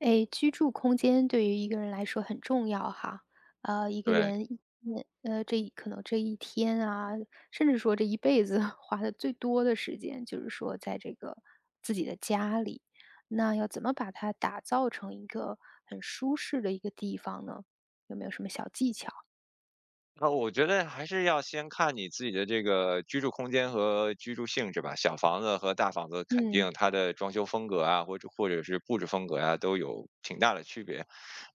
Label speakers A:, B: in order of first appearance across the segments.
A: 诶，居住空间对于一个人来说很重要哈。一个
B: 对，
A: 人一天可能这一天啊，甚至说这一辈子 花的最多的时间，就是说在这个自己的家里。那要怎么把它打造成一个很舒适的一个地方呢？有没有什么小技巧？
B: 那我觉得还是要先看你自己的这个居住空间和居住性质吧。小房子和大房子肯
A: 嗯，
B: 定它的装修风格啊，或者是布置风格啊，都有挺大的区别。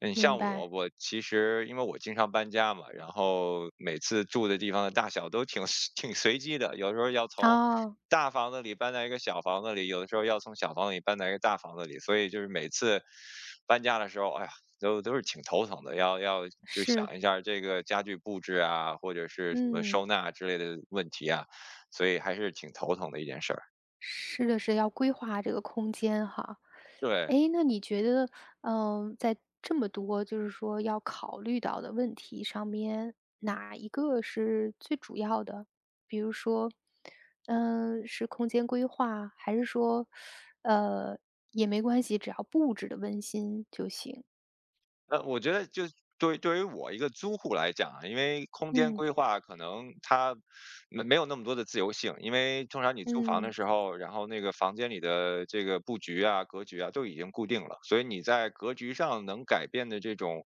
B: 嗯，
A: 明
B: 像我，
A: 白。
B: 我其实因为我经常搬家嘛，然后每次住的地方的大小都挺 挺随机的，有时候要从
A: 哦，
B: 大房子里搬到一个小房子里，有的时候要从小房子里搬到一个大房子里，所以就是每次搬家的时候，哎呀都是挺头疼的，要就
A: 是，
B: 想一下儿这个家具布置啊，或者是什么收
A: 嗯，
B: 纳之类的问题啊，所以还是挺头疼的一件事儿。
A: 是的是要规划这个空间哈。
B: 对。
A: 诶，那你觉得，嗯，在这么多就是说要考虑到的问题上面，哪一个是最主要的？比如说，嗯，是空间规划，还是说，呃，也没关系，只要布置的温馨就行。
B: 我觉得就是对于我一个租户来讲啊，因为空间
A: 嗯
B: 规划可能它没有那么多的自由性，因为通常你租房
A: 嗯。
B: 的时
A: 嗯
B: 候，然后那个房间里的这个布局啊、格局啊都已经固定了，所以你在格局上能改变的这种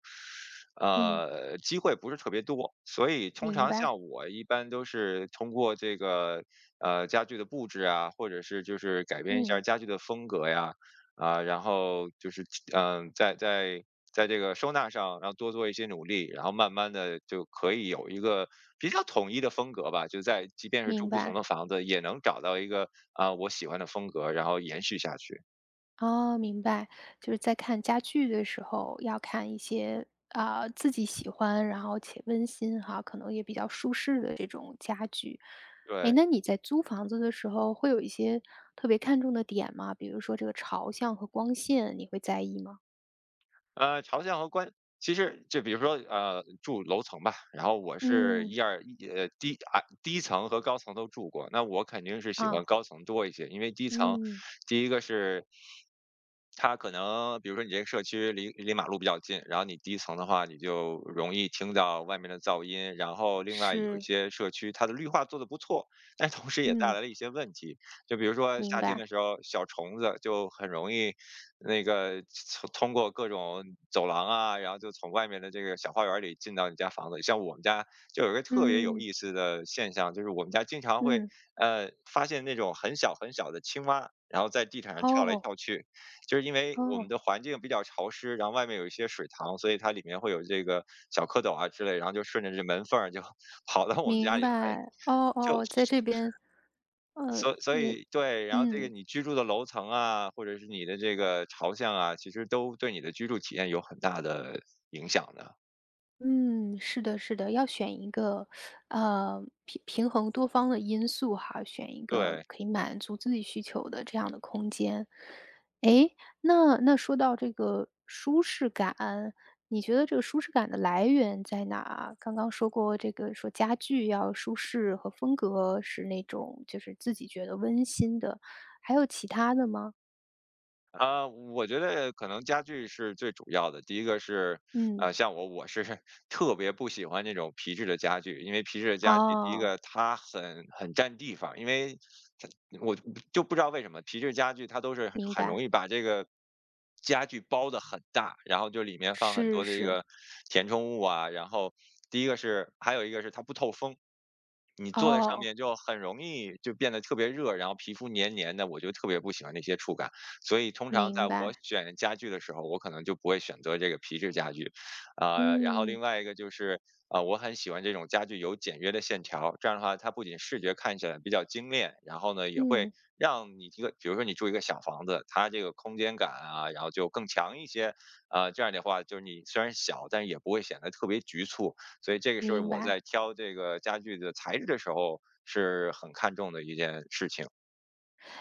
A: 嗯
B: 机会不是特别多，所以通
A: 明
B: 常
A: 白，
B: 像我一般都是通过这个家具的布置啊，或者是就是改变一下
A: 嗯，
B: 家具的风格呀。啊，然后就是，嗯、在这个收纳上，然后多做一些努力，然后慢慢的就可以有一个比较统一的风格吧。就在即便是
A: 明
B: 住不同的
A: 白。
B: 房子，也能找到一个啊、我喜欢的风格，然后延续下去。
A: 哦，明白，就是在看家具的时候，要看一些啊、自己喜欢，然后且温馨哈，可能也比较舒适的这种家具。哎，
B: 对，
A: 那你在租房子的时候，会有一些特别看重的点吗？比如说这个朝向和光线，你会在意吗？
B: 朝向和观，其实就比如说，住楼层吧，然后我是
A: 嗯
B: 一二一，低啊低层和高层都住过，那我肯定是喜欢
A: 啊，
B: 高层多一些，因为低层，
A: 嗯，
B: 第一个是它可能，比如说你这个社区离马路比较近，然后你低层的话，你就容易听到外面的噪音。然后另外有一
A: 是，
B: 些社区，它的绿化做的不错，但同时也带
A: 嗯，
B: 来了一些问题，就比如说
A: 明
B: 夏天的
A: 白，
B: 时候，小虫子就很容易那个从通过各种走廊啊，然后就从外面的这个小花园里进到你家房子里。像我们家就有一个特别有
A: 嗯
B: 意思的现象，就是我们家经常会
A: 嗯，
B: 发现那种很小很小的青蛙，然后在地毯上跳来
A: 哦
B: 跳去，就是因为我们
A: 哦，
B: 的环境比较潮湿，然后外面有一些水塘，所以它里面会有这个小蝌蚪啊之类，然后就顺着这门缝儿就 跑到我们家
A: 明
B: 里来，
A: 白，哦
B: 就
A: 哦，在这边，
B: 所所
A: 也，
B: 以对，然后这个
A: 嗯。
B: 你居住的楼层啊，或者是你的这个朝向啊，其实都对你的居住体验有很大的影响的，
A: 嗯，是的，是的，要选一个，平衡多方的因素哈，选一个
B: 对。
A: 可以满足自己需求的这样的空间。诶，那那说到这个舒适感，你觉得这个舒适感的来源在哪啊刚刚说过这个说家具要舒适和风格是那种就是自己觉得温馨的，还有其他的吗？
B: 啊，我觉得可能家具是最主要的。第一个是，
A: 嗯，
B: 呃，像我，我是 特别不喜欢那种皮质的家具，因为皮质的家具，第一
A: 哦，
B: 个它很占地方，因为它我就不知道为什么皮质家具它都是很
A: 明
B: 很容
A: 白，
B: 易把这个家具包的很大，然后就里面放很
A: 是
B: 多的这
A: 是，
B: 个填充物啊，然后第一个是，还有一个是它不透风，你坐在上
A: 哦，
B: 面就很容易就变得特别热，然后皮肤黏黏的，我就特别不喜欢那些触感。所以通常在
A: 明
B: 我
A: 白，
B: 选家具的时候，我可能就不会选择这个皮质家具，啊、然后
A: 嗯。
B: 另外一个就是，啊，我很喜欢这种家具有简约的线条，这样的话，它不仅视觉看起来比较精炼，然后呢，也会
A: 嗯，
B: 让你一个，比如说你住一个小房子，它这个空间感啊，然后就更强一些，啊、这样的话，就是你虽然小，但是也不会显得特别局促，所以这个是
A: 明
B: 我在
A: 白。
B: 挑这个家具的材质的时候是很看重的一件事情，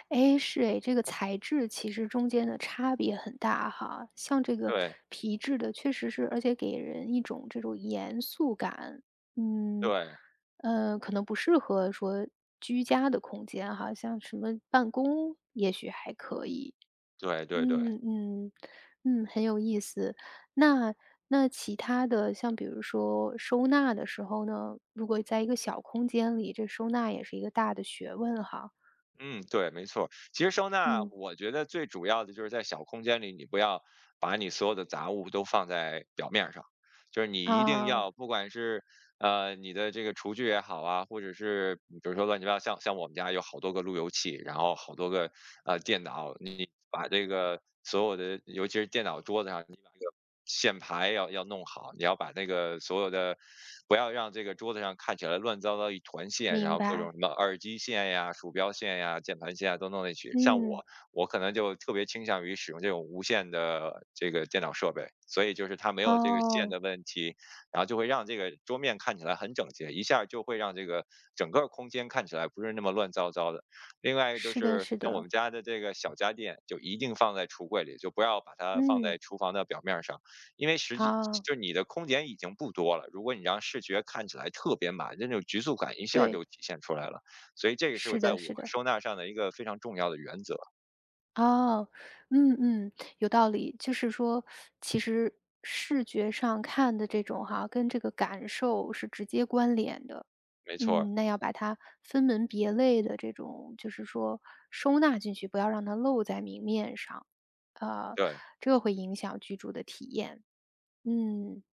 A: 哎，是哎，这个材质其实中间的差别很大哈。像这个
B: 对
A: 皮质的，确实是，而且给人一种这种严肃感。嗯，
B: 对
A: 可能不适合说居家的空间哈，像什么办公，也许还可以。
B: 对对对。
A: 嗯嗯嗯，很有意思。那那其他的，像比如说收纳的时候呢，如果在一个小空间里，这收纳也是一个大的学问哈。
B: 嗯，对，没错。其实收纳，
A: 嗯，
B: 我觉得最主要的就是在小空间里，你不要把你所有的杂物都放在表面儿上，就是你一定
A: 啊，
B: 要，不管是你的这个厨具也好啊，或者是比如说乱七八糟，像我们家有好多个路由器，然后好多个电脑，你把这个所有的，尤其是电脑桌子上，你把这个线牌要弄好，你要把那个所有的，不要让这个桌子上看起来乱糟糟一团线，然
A: 明
B: 后各种
A: 白，
B: 什么耳机线呀、鼠标线呀、键盘线啊都弄进去。像
A: 嗯，
B: 我，我可能就特别倾向于使用这种无线的这个电脑设备，所以就是它没有这个线
A: 哦，
B: 的问题，然后就会让这个桌面看起来很整洁，一下就会让这个整个空间看起来不是那么乱糟糟的。另外一个就
A: 是的，
B: 是
A: 是
B: 像我
A: 的，
B: 们家的这个小家电，就一定放在橱柜里，就不要把它放在
A: 嗯，
B: 厨房的表面上。因为实际
A: 啊，
B: 就是你的空间已经不多了，如果你让视觉看起来特别满，那种局促感一下就
A: 对，
B: 体现出来了。所以这个是我
A: 是
B: 在
A: 的，
B: 我
A: 是的，
B: 收纳上的一个非常重要的原则，
A: 哦，嗯嗯，有道理。就是说，其实视觉上看的这种哈，跟这个感受是直接关联的。
B: 没错儿，
A: 嗯，那要把它分门别类的这种，就是说收纳进去，不要让它露在明面上，呃，
B: 对。
A: 这个会影响居住的体验。嗯，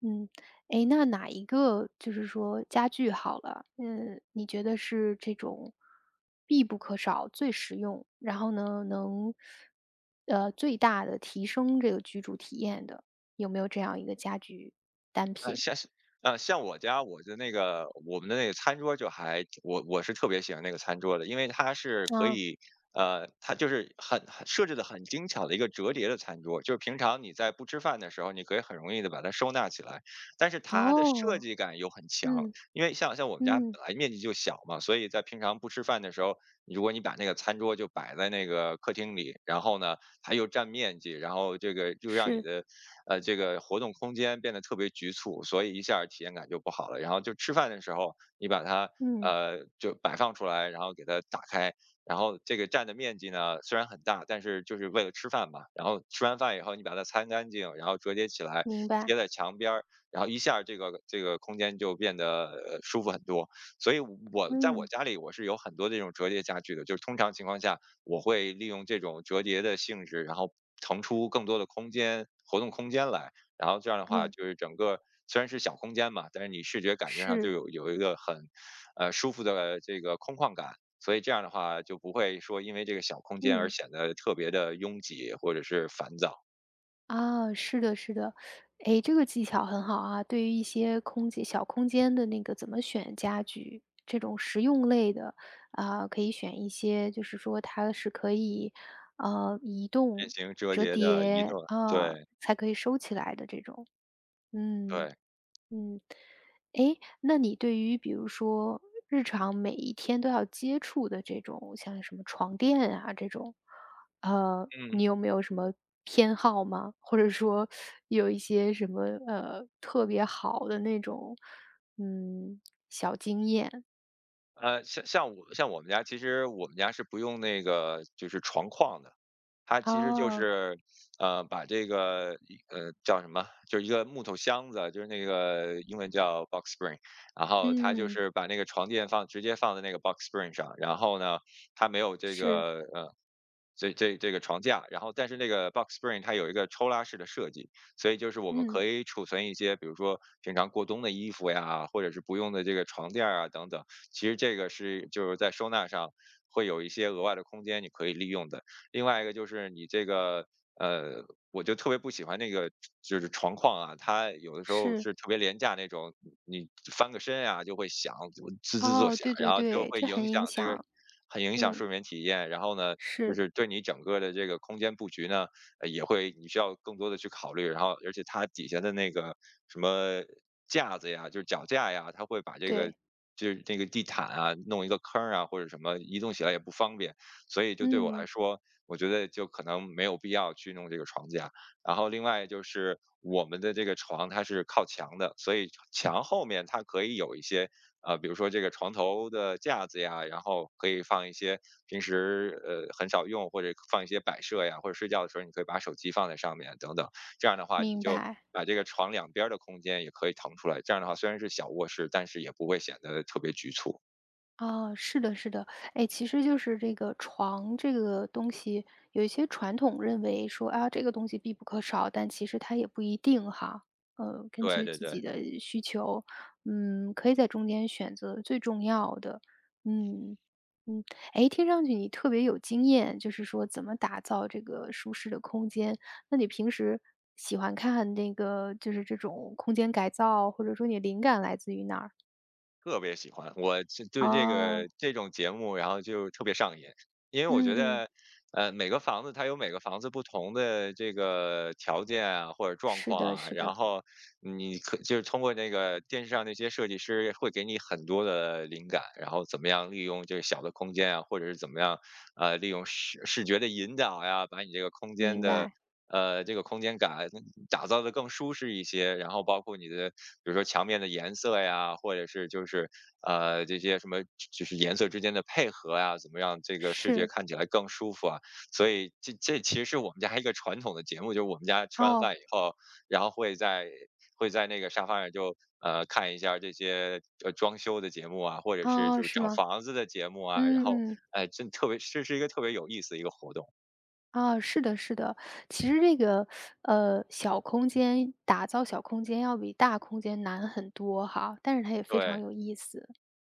A: 嗯，诶，那哪一个就是说家具好了，嗯，你觉得是这种必不可少、最实用，然后呢，能最大的提升这个居住体验的，有没有这样一个家具单品？
B: 像是像我家我的那个我们的那个餐桌就还我是特别喜欢那个餐桌的，因为它是可
A: 啊，
B: 以，呃，它就是很设置的很精巧的一个折叠的餐桌，就是平常你在不吃饭的时候，你可以很容易的把它收纳起来，但是它的设
A: 哦，
B: 计感又很强，
A: 嗯
B: 因为像我们家
A: 嗯，
B: 本来面积就小嘛，所以在平常不吃饭的时候，如果你把那个餐桌就摆在那个客厅里，然后呢，它又占面积，然后这个又让你
A: 是，
B: 的这个活动空间变得特别局促，所以一下儿体验感就不好了。然后就吃饭的时候，你把它
A: 嗯，
B: 就摆放出来，然后给它打开，然后这个占的面积呢虽然很大，但是就是为了吃饭嘛。然后吃完饭以后，你把它擦干净，然后折叠起来
A: 明
B: 贴
A: 白，
B: 在墙边儿，然后一下儿这个空间就变得舒服很多。所以我在我
A: 嗯
B: 家里我是有很多这种折叠家具的，就是通常情况下我会利用这种折叠的性质，然后腾出更多的空间活动空间来。然后这样的话，
A: 嗯，
B: 就是整个虽然是小空间嘛，但是你视觉感觉上就
A: 是，
B: 有一个很舒服的这个空旷感。所以这样的话，就不会说因为这个小空间而
A: 嗯。
B: 显得特别的拥挤或者是烦躁。
A: 啊，是的，是的，诶，这个技巧很好啊。对于一些空间小空间的那个怎么选家具，这种实用类的，啊，可以选一些，就是说它是可以，移
B: 变
A: 动、
B: 形折
A: 折
B: 叠的移动，
A: 叠，啊，
B: 对
A: 才可以收起来的这种，嗯。
B: 对，
A: 嗯，诶，那你对于比如说日常每一天都要接触的这种，像什么床垫啊这种，
B: 嗯，
A: 你有没有什么偏好吗？或者说有一些什么特别好的那种，嗯，小经验？
B: 像我们家，其实我们家是不用那个就是床框的，它其实就
A: 哦，
B: 是，把这个叫什么，就是一个木头箱子，就是那个英文叫 box spring，然后它就
A: 嗯，
B: 是把那个床垫直接放在那个 box spring 上，然后呢，它没有这
A: 是，
B: 个这个床架，然后但是那个 box spring 它有一个抽拉式的设计，所以就是我们
A: 嗯，
B: 可以储存一些，比如说平常过冬的衣服呀，或者是不用的这个床垫儿啊等等，其实这个就是在收纳上会有一些额外的空间，你可以利用的。另外一个就是你这个呃，我就特别不喜欢那个就是床框啊，它有的时候
A: 是，
B: 是特别廉价那种，你翻个身啊就会响，就滋滋作
A: 哦，
B: 响，
A: 对
B: 然
A: 对
B: 后就
A: 对，
B: 会
A: 这很
B: 影响
A: 影
B: 这个。
A: 响，
B: 很影响
A: 嗯，
B: 睡眠体验，然后呢，就
A: 是，
B: 是对你整个的这个空间布局呢，也会你需要更多的去考虑，然后而且它底下的那个什么架子呀，就是脚架呀，它会把这个
A: 对，
B: 就是那个地毯啊弄一个坑儿啊或者什么，移动起来也不方便，所以就对我来
A: 嗯，
B: 说，我觉得就可能没有必要去弄这个床架。然后另外就是我们的这个床它是靠墙的，所以墙后面它可以有一些比如说这个床头的架子呀，然后可以放一些平时很少用或者放一些摆设呀，或者睡觉的时候你可以把手机放在上面等等。这样的话，你
A: 明
B: 就
A: 白。
B: 把这个床两边儿的空间也可以腾出来。这样的话，虽然是小卧室，但是也不会显得特别局促。
A: 哦，是的，是的，哎，其实就是这个床这个东西，有一些传统认为说啊，这个东西必不可少，但其实它也不一定哈。根
B: 对
A: 据
B: 对
A: 自
B: 对。
A: 己的需求，嗯，可以在中间选择最重要的。嗯嗯，哎，听上去你特别有经验，就是说怎么打造这个舒适的空间。那你平时喜欢看那个，就是这种空间改造，或者说你灵感来自于哪儿？
B: 特别喜欢，我是对这
A: 哦，
B: 个这种节目，然后就特别上瘾。因为我觉
A: 嗯嗯。
B: 得，每个房子它有每个房子不同的这个条件啊，或者状
A: 是的
B: 况啊，
A: 是的，
B: 然后就是通过那个电视上那些设计师会给你很多的灵感，然后怎么样利用这个小的空间啊，或者是怎么样，利用视觉的引导呀，把你这个空间
A: 明
B: 的
A: 白，
B: 这个空间感打造的更舒适一些，然后包括你的，比如说墙面的颜色呀，或者是就是这些什么，就是颜色之间的配合呀，怎么让这个视觉
A: 是，
B: 看起来更舒服啊？所以这这其实是我们家一个传统的节目，就是我们家吃完
A: 哦，
B: 饭以后，然后会在那个沙发上就看一下这些装修的节目啊，或者是
A: 哦，
B: 就是
A: 是
B: 找
A: 吗？
B: 房子的节目啊，然后
A: 嗯嗯，
B: 哎，真特别这是一个特别有意思的一个活动，
A: 哦，是的是的。其实这个，小空间打造小空间要比大空间难很多哈，但是它也非常
B: 对。
A: 有意思。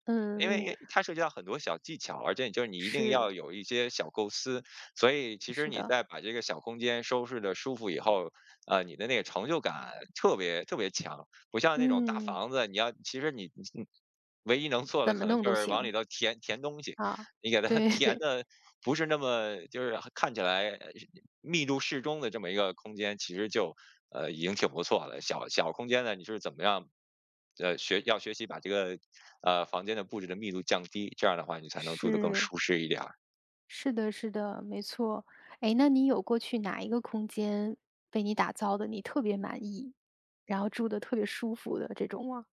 A: 嗯
B: 因
A: 嗯嗯，
B: 为它涉及到很多小技巧，而且就是你一定
A: 是，
B: 要有一些小构思，所以其实
A: 是
B: 你
A: 的，
B: 在把这个小空间收拾的舒服以后，你的那个成就感特别特别强，不像那种大
A: 嗯，
B: 房子，其实你唯一能做的
A: 怎么
B: 可能
A: 弄
B: 就
A: 都
B: 是往里
A: 行，
B: 头填填东西，
A: 啊，
B: 你给它
A: 对
B: 填
A: 对，
B: 的不是那么就是看起来密度适中的这么一个空间，其实就已经挺不错了。小空间呢，你是怎么样学习把这个，房间的布置的密度降低，这样的话你才能住得更
A: 是。
B: 舒适一点儿。
A: 是的，是的，没错。哎，那你有过去哪一个空间被你打造的，你特别满意，然后住的特别舒服的这种吗？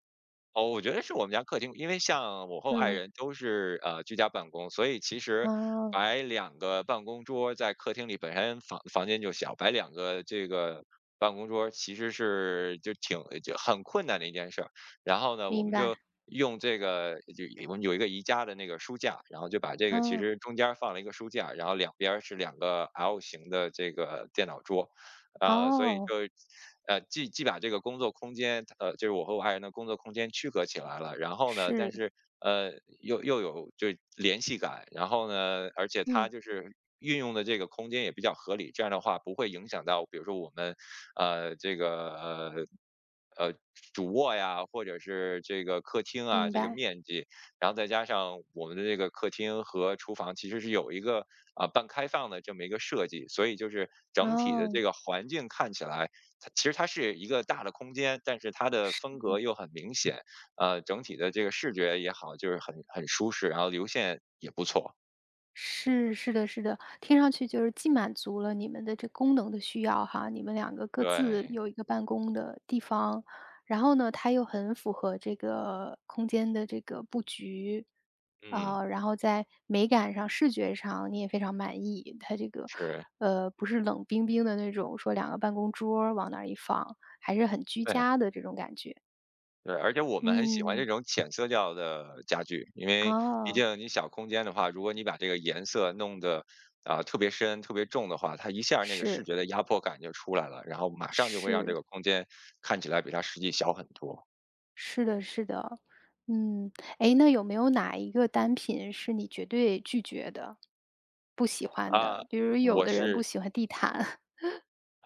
B: 哦，我觉得是我们家客厅，因为像我和我爱
A: 嗯，
B: 人都是居家办公，所以其实
A: 哦，
B: 摆两个办公桌在客厅里，本身房间就小，摆两个这个办公桌其实就很困难的一件事儿。然后呢，我
A: 明
B: 们就
A: 白。
B: 用这个就我们有一个宜家的那个书架，然后就把这个其
A: 嗯，
B: 实中间儿放了一个书架，然后两边儿是两个 L 型的这个电脑桌，所以
A: 哦，
B: 就，既把这个工作空间，就是我和我爱人的工作空间区隔起来了，然后呢，但
A: 是，
B: 是，呃，又有联系感，然后呢，而且它
A: 嗯，
B: 就是运用的这个空间也比较合理，这样的话不会影响到，比如说我们，呃，这个，呃，呃，主卧呀，或者是这个客厅啊，
A: 明
B: 这个
A: 白。
B: 面积，然后再加上我们的这个客厅和厨房其实是有一个啊、半开放的这么一个设计，所以就是整体的
A: 哦，
B: 这个环境看起来，它其实它是一个大的空间，但是它的
A: 是。
B: 风格又很明显，整体的这个视觉也好，就是很舒适，然后流线也不错。
A: 是，是的，是的，听上去就是既满足了你们的这功能的需要哈，你们两个各
B: 对，
A: 自有一个办公的地方，然后呢，它又很符合这个空间的这个布局，
B: 嗯，
A: 然后在美感上、视觉上你也非常满意，它这个
B: 是，
A: 不是冷冰冰的那种，说两个办公桌儿往那儿一放，还是很居
B: 对。
A: 家的这种感觉。
B: 对，而且我们很喜欢这
A: 嗯，
B: 种浅色调的家具，因为毕
A: 哦，
B: 竟你小空间的话，如果你把这个颜色弄得啊、特别深、特别重的话，它一下儿那个视
A: 是
B: 觉的压迫感就出来了，然后马上就会让这
A: 是。
B: 个空间看起来比它实际小很多。
A: 是的，是的。嗯，哎，那有没有哪一个单品是你绝对拒绝的、不喜欢
B: 啊、
A: 的？比如有
B: 我
A: 的人不
B: 是
A: 喜欢地毯，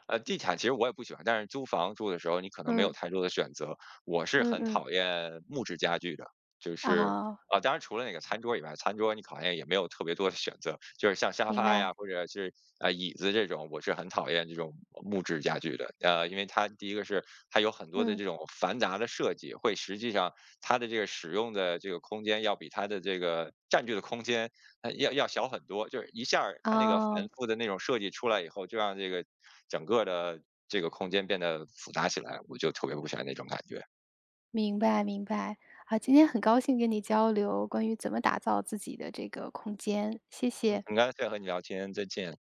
B: 地毯其实我也不喜欢，但是租房住的时候，你可 能没有
A: 嗯，
B: 太多的选择。我是
A: 嗯
B: 很
A: 嗯，
B: 讨厌木质家具的，就是
A: 啊，
B: 啊、当然除了那个餐桌以外，餐桌你好像也没有特别多的选择，就是像沙
A: 明
B: 发呀，
A: 白，
B: 或者是椅子这种，我是很讨厌这种木质家具的。因为它第一个是它有很多的
A: 嗯，
B: 这种繁杂的设计，会实际上它的这个使用的这个空间要比它的这个占据的空间要小很多，就是一下儿它那个繁
A: 哦，
B: 复的那种设计出来以后，就让这个整个的这个空间变得复杂起来，我就特别不喜欢那种感觉。
A: 明白明白。啊，今天很高兴跟你交流关于怎么打造自己的这个空间，谢
B: 嗯，
A: 谢。
B: 很高兴和你聊天，再见。